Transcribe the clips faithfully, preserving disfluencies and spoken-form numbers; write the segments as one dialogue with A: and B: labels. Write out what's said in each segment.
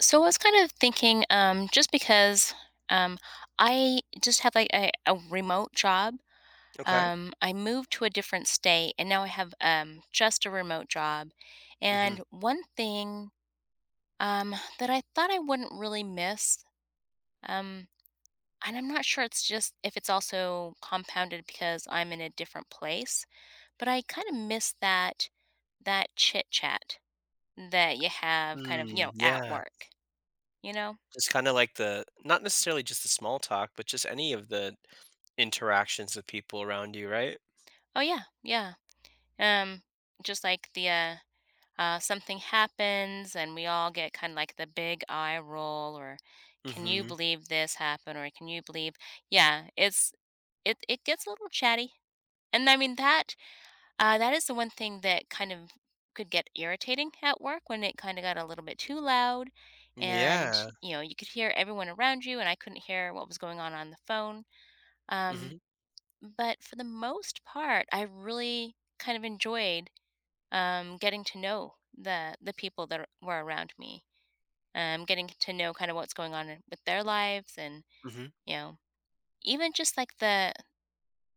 A: So I was kind of thinking, um, just because um, I just have like a, a remote job.
B: Okay.
A: Um, I moved to a different state, and now I have um, just a remote job.
B: Mhm.
A: And one thing um, that I thought I wouldn't really miss, um, and I'm not sure it's just if it's also compounded because I'm in a different place, but I kind of miss that that chit chat that you have, kind of you know,
B: Mm,
A: at
B: yeah.
A: work. You know?
B: Just kinda like the not necessarily just the small talk, but just any of the interactions with people around you, right?
A: Oh yeah, yeah. Um, just like the uh, uh, something happens and we all get kind of like the big eye roll, or can you
B: Mhm.
A: believe this happened, or can you believe yeah, it's it it gets a little chatty. And I mean that uh, that is the one thing that kind of could get irritating at work when it kind of got a little bit too loud, and
B: Yeah.
A: you know you could hear everyone around you, and I couldn't hear what was going on on the phone. Um,
B: Mhm,
A: but for the most part, I really kind of enjoyed um, getting to know the the people that are- were around me, um, getting to know kind of what's going on in- with their lives, and
B: mhm.
A: you know, even just like the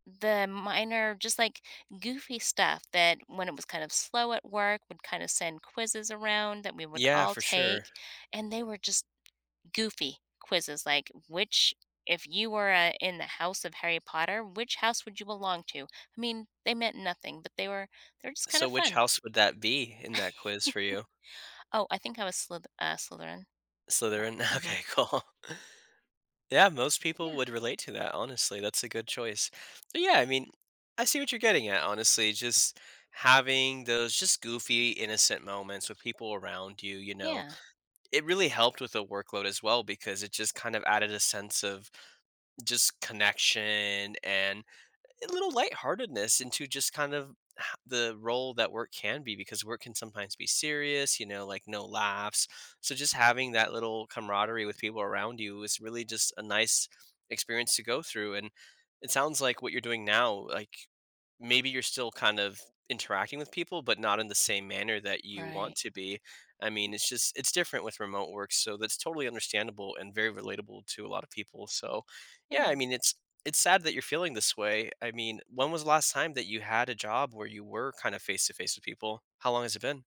A: the minor, just like goofy stuff, that when it was kind of slow at work, would kind of send quizzes around that we would
B: Yeah,
A: all
B: for sure.
A: take, and they were just goofy quizzes like which if you were uh, in the house of Harry Potter, which house would you belong to? I mean, they meant nothing, but they were they are just kind
B: So
A: of
B: which
A: fun.
B: house would that be in that quiz for you?
A: Oh, I think I was Slith- uh, Slytherin. Yeah.
B: Slytherin?
A: Hmm.
B: Okay, cool. Yeah, most people
A: Yeah.
B: would relate to that, honestly, that's a good choice. But yeah, I mean, I see what you're getting at, honestly, just having those just goofy, innocent moments with people around you, you know?
A: Yeah.
B: It really helped with the workload as well because it just kind of added a sense of just connection and a little lightheartedness into just kind of h- the role that work can be because work can sometimes be serious, you know, like no laughs. So just having that little camaraderie with people around you is really just a nice experience to go through. And it sounds like what you're doing now, like maybe you're still kind of interacting with people, but not in the same manner that you want
A: Right.
B: to be. I mean, it's just it's different with remote work, so that's totally understandable and very relatable to a lot of people. So,
A: Yeah.
B: yeah, I mean, it's it's sad that you're feeling this way. I mean, when was the last time that you had a job where you were kind of face to face with people? How long has it been?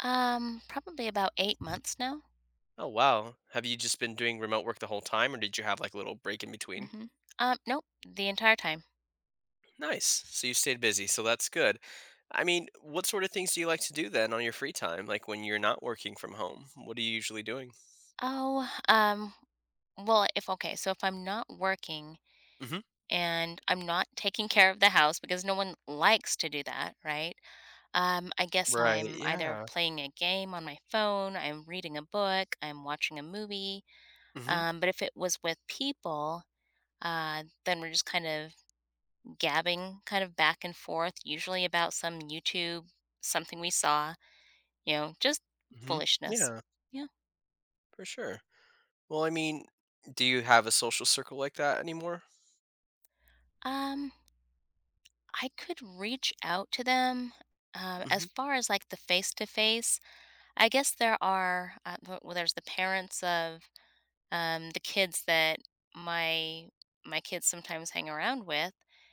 A: Um, probably about eight months now.
B: Oh, wow. Have you just been doing remote work the whole time, or did you have like a little break in between?
A: Mm-hmm. Um, nope, the entire time.
B: Nice. So you stayed busy. So that's good. I mean, what sort of things do you like to do then on your free time? Like when you're not working from home, what are you usually doing?
A: Oh, um, well, if okay, so if I'm not working
B: Hmm.
A: and I'm not taking care of the house, because no one likes to do that, right? Um, I guess
B: Right.
A: I'm either
B: Yeah.
A: playing a game on my phone, I'm reading a book, I'm watching a movie.
B: Hmm.
A: Um, but if it was with people, uh, then we're just kind of gabbing kind of back and forth, usually about some YouTube, something we saw, you know, just
B: Hmm.
A: foolishness.
B: Yeah,
A: Yeah.
B: for sure. Well, I mean, do you have a social circle like that anymore?
A: Um, I could reach out to them. Uh, as
B: Hmm.
A: far as like the face to face, I guess there are, uh, th- well, there's the parents of um, the kids that my my kids sometimes hang around with.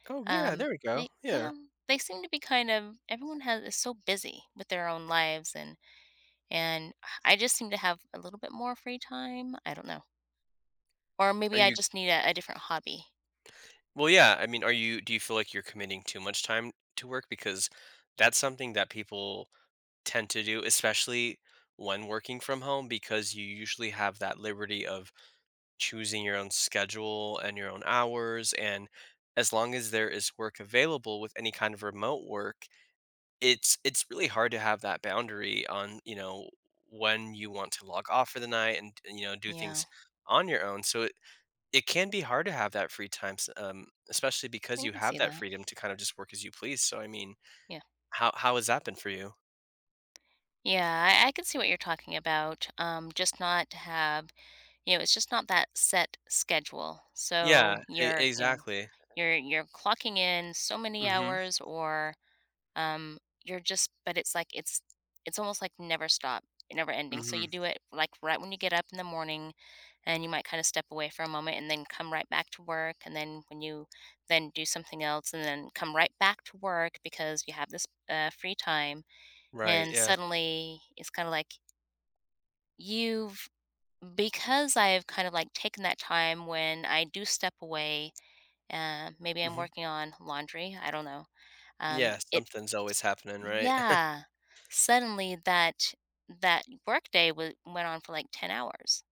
B: Oh, yeah.
A: Um,
B: There we go.
A: they,
B: Yeah.
A: yeah, they seem to be kind of everyone has is so busy with their own lives, and And I just seem to have a little bit more free time. I don't know. Or
B: Are
A: maybe I
B: you
A: just need a, a different hobby.
B: Well, yeah. I mean, are you do you feel like you're committing too much time to work? Because that's something that people tend to do, especially when working from home, because you usually have that liberty of choosing your own schedule and your own hours. And as long as there is work available with any kind of remote work, it's it's really hard to have that boundary on, you know, when you want to log off for the night and you know, do
A: Yeah,
B: things on your own. So it can be hard to have that free time, s um, especially because
A: I
B: you
A: can
B: have
A: see
B: that
A: that.
B: freedom to kind of just work as you please, so, I mean,
A: Yeah.
B: how how has that been for you?
A: Yeah, I, I can see what you're talking about. Um, just not to have, you know, it's just not that set schedule.
B: Yeah,
A: So
B: e
A: you're, you know,
B: exactly.
A: you're you're clocking in so many
B: Mhm,
A: hours, or Um, you're just but it's like it's it's almost like never stop, never ending. So you
B: mhm,
A: do it like right when you get up in the morning, and you might kind of step away for a moment and then come right back to work, and then when you then do something else and then come right back to work because you have this uh, free time,
B: right,
A: and
B: yeah,
A: suddenly it's kind of like you've because I've kind of like taken that time when I do step away, uh, maybe I'm
B: mhm.
A: working on laundry, I don't know, um,
B: Yeah,
A: it
B: something's always happening, right?
A: yeah. Suddenly that that workday was went on for like ten hours,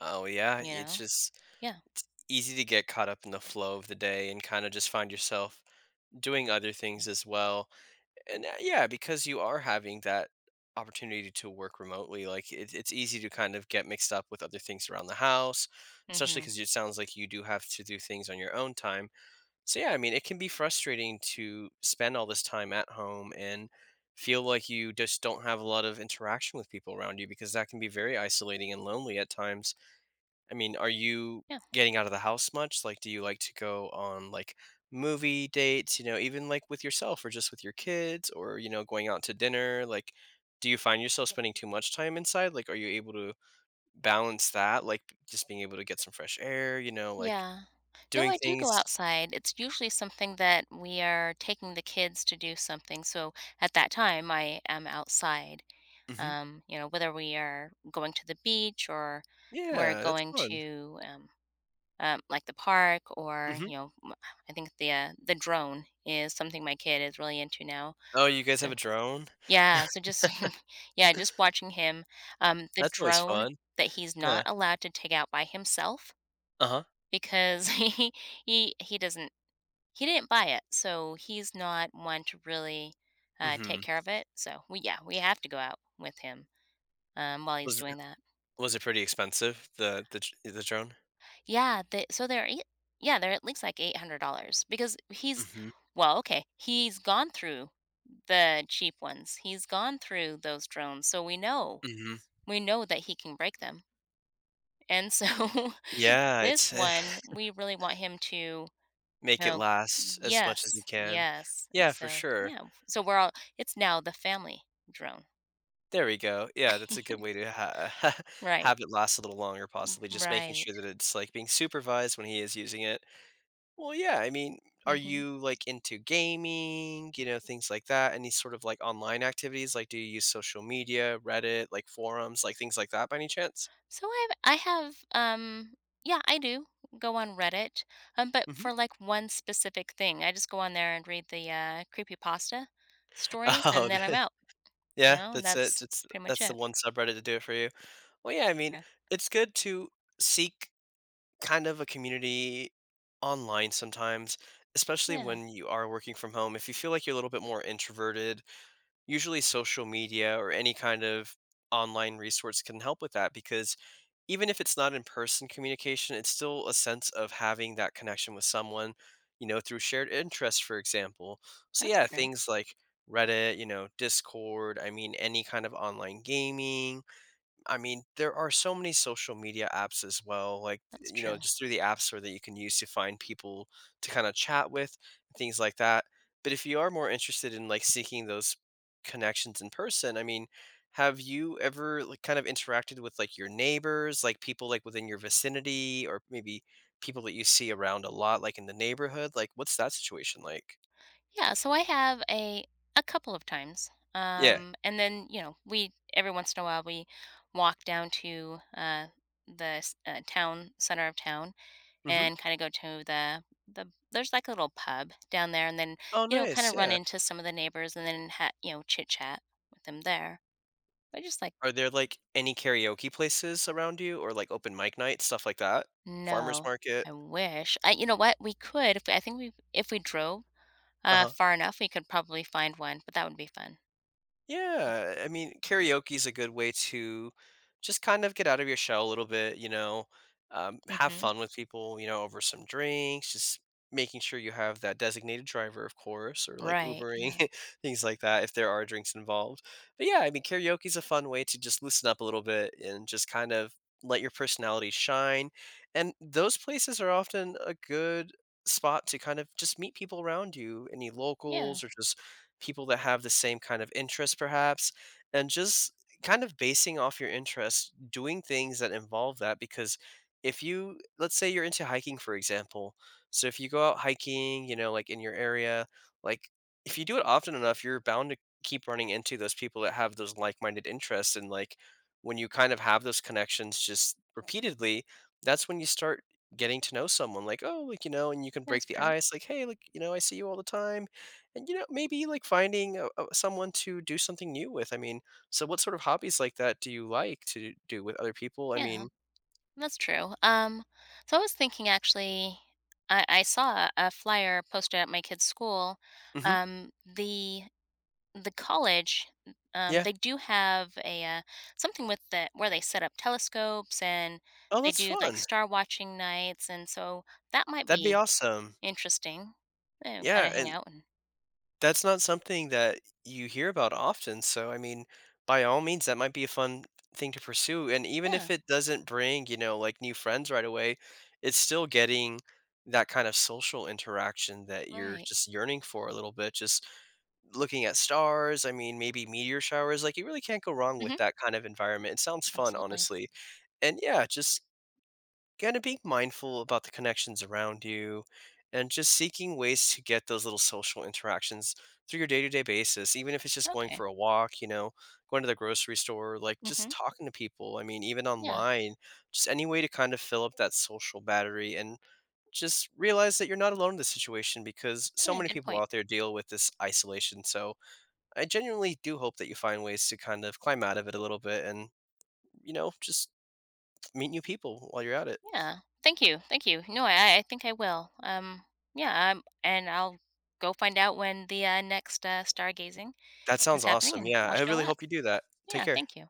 B: Oh, yeah,
A: you
B: it's
A: know?
B: just
A: Yeah.
B: easy to get caught up in the flow of the day and kinda just find yourself doing other things as well. And uh, yeah, because you are having that opportunity to work remotely like it, it's easy to kind of get mixed up with other things around the house, especially
A: Mhm.
B: because it sounds like you do have to do things on your own time. So yeah, I mean, it can be frustrating to spend all this time at home and feel like you just don't have a lot of interaction with people around you because that can be very isolating and lonely at times. I mean, are you
A: Yeah.
B: getting out of the house much? Like, do you like to go on like movie dates, you know, even like with yourself or just with your kids or, you know, going out to dinner? Like, do you find yourself spending too much time inside? Like, are you able to balance that? Like, just being able to get some fresh air, you know, like
A: Yeah. No,
B: doing
A: I do go
B: things.
A: outside. It's usually something that we are taking the kids to do something, so at that time, I am outside.
B: Hmm.
A: Um, you know, whether we are going to the beach, or we're
B: Yeah, that's
A: going
B: fun.
A: to, um, um, like the park, or,
B: Hmm.
A: you know, m I think the, uh, the drone is something my kid is really into now,
B: Oh, you guys have
A: so
B: a drone?
A: yeah, so just yeah, just watching him, um, the
B: That's always
A: drone
B: fun.
A: that he's not
B: Yeah.
A: allowed to take out by himself
B: Uh huh.
A: because he he he doesn't he didn't buy it, so he's not one to really, uh,
B: Mm-hmm.
A: take care of it, so we yeah, we have to go out with him, um, while he's
B: Was
A: doing that.
B: was it pretty expensive the the dr- the drone?
A: Yeah, they so they're ei yeah, they're at least like eight hundred dollars because he's
B: Mm-hmm.
A: well, okay, he's gone through the cheap ones, he's gone through those drones, so we know
B: Mm-hmm.
A: we know that he can break them. And so
B: Yeah,
A: this
B: it's eh,
A: one, we really want him to
B: make it
A: know,
B: last as much as you
A: yes,
B: can.
A: yes. And
B: Yeah, for
A: so,
B: sure.
A: yeah, so we're all, it's now the family drone.
B: There we go. Yeah, that's a good way to ha
A: Right,
B: have it last a little longer, possibly, just making
A: right.
B: sure that it's, like, being supervised when he is using it. Well, yeah, I mean, are
A: Hmm.
B: you, like, into gaming, you know, things like that? Any sort of, like, online activities? Like, do you use social media, Reddit, like, forums, like, things like that by any chance?
A: So I've, I have, um, yeah, I do go on Reddit, um, but
B: Mhm.
A: for like one specific thing, I just go on there and read the uh, creepypasta stories,
B: Oh,
A: and then I'm out, you
B: yeah,
A: know, and
B: that's it.
A: that's
B: It's
A: pretty much
B: that's the
A: it.
B: one subreddit to do it for you. Well, yeah, I mean,
A: Yeah.
B: it's good to seek kind of a community online sometimes, especially
A: Yeah,
B: when you are working from home. If you feel like you're a little bit more introverted, usually social media or any kind of online resource can help with that because even if it's not in person communication, it's still a sense of having that connection with someone, you know, through shared interests, for example. So,
A: that's
B: yeah,
A: true.
B: things like Reddit, you know, Discord, I mean, any kind of online gaming, I mean, there are so many social media apps as well, like,
A: That's
B: you know,
A: true.
B: just through the app store that you can use to find people to kind of chat with, things like that. But if you are more interested in like seeking those connections in person, I mean, have you ever like kind of interacted with like your neighbors, like people like within your vicinity, or maybe people that you see around a lot, like in the neighborhood? Like, what's that situation like?
A: Yeah, so I have a a couple of times.
B: Yeah.
A: Um and then, you know, we every once in a while we walk down to uh the s- uh, town center of town,
B: Hmm.
A: and kind of go to the the there's like a little pub down there, and then,
B: Oh,
A: you know, kind
B: nice.
A: of run
B: Yeah.
A: into some of the neighbors, and then ha- you know, chit-chat with them there. But just like
B: Are there, like, any karaoke places around you or, like, open mic night, stuff like that? Farmers
A: no,
B: market?
A: I wish. I You know what? We could if I think we if we drove uh
B: Uh-huh.
A: far enough, we could probably find one, but that would be fun.
B: Yeah, I mean, karaoke is a good way to just kind of get out of your shell a little bit, you know, um, have
A: Mhm.
B: fun with people, you know, over some drinks, just making sure you have that designated driver, of course, or like
A: Right.
B: Ubering,
A: Yeah.
B: things like that, if there are drinks involved. But yeah, I mean, karaoke is a fun way to just loosen up a little bit and just kind of let your personality shine. And those places are often a good spot to kind of just meet people around you, any
A: Yeah.
B: locals or just people that have the same kind of interest perhaps and just kind of basing off your interests doing things that involve that because if you let's say you're into hiking, for example. So if you go out hiking, you know, like in your area, like if you do it often enough, you're bound to keep running into those people that have those like-minded interests. And like when you kind of have those connections just repeatedly, that's when you start getting to know someone, like, oh, like, you know, and you can break
A: That's
B: the
A: true.
B: ice, like, hey, like, you know, I see you all the time. And, you know, maybe like finding a, a, someone to do something new with. I mean, so what sort of hobbies like that do you like to do with other people? I
A: Yeah,
B: mean,
A: that's true. Um, so I was thinking actually, I, I saw a flyer posted at my kid's school.
B: hmm,
A: Um, the the college, um,
B: yeah.
A: they do have a uh, something with the where they set up telescopes, and
B: Oh,
A: they
B: that's
A: do like
B: fun.
A: star watching nights, and so that might
B: That'd be
A: be
B: awesome.
A: interesting. And kind
B: Yeah.
A: of hang
B: And
A: out, and
B: that's not something that you hear about often. So, I mean, by all means, that might be a fun thing to pursue. And even if
A: yeah,
B: it doesn't bring, you know, like new friends right away, it's still getting that kind of social interaction that you're
A: right.
B: just yearning for a little bit. Just looking at stars, I mean, maybe meteor showers, like, you really can't go wrong with
A: Mm-hmm.
B: that kind of environment. It sounds fun,
A: Absolutely.
B: honestly. And yeah, just kinda being mindful about the connections around you and just seeking ways to get those little social interactions through your day-to-day basis, even if it's just going
A: Okay.
B: for a walk, you know, going to the grocery store, like, just
A: Mm-hmm.
B: talking to people. I mean, even
A: Yeah.
B: online, just any way to kind of fill up that social battery and just realize that you're not alone in this situation because so
A: Yeah.
B: many
A: Good
B: people
A: point.
B: out there deal with this isolation, so I genuinely do hope that you find ways to kind of climb out of it a little bit and, you know, just meet new people while you're at it.
A: Yeah. Thank you. Thank you. No, I I think I will. Um, yeah, um, and I'll go find out when the, uh, next, uh, stargazing
B: That
A: is
B: sounds
A: happening,
B: awesome.
A: and
B: Yeah,
A: I'll
B: I
A: show
B: really
A: up.
B: hope you do that. Take
A: Yeah,
B: care.
A: thank you.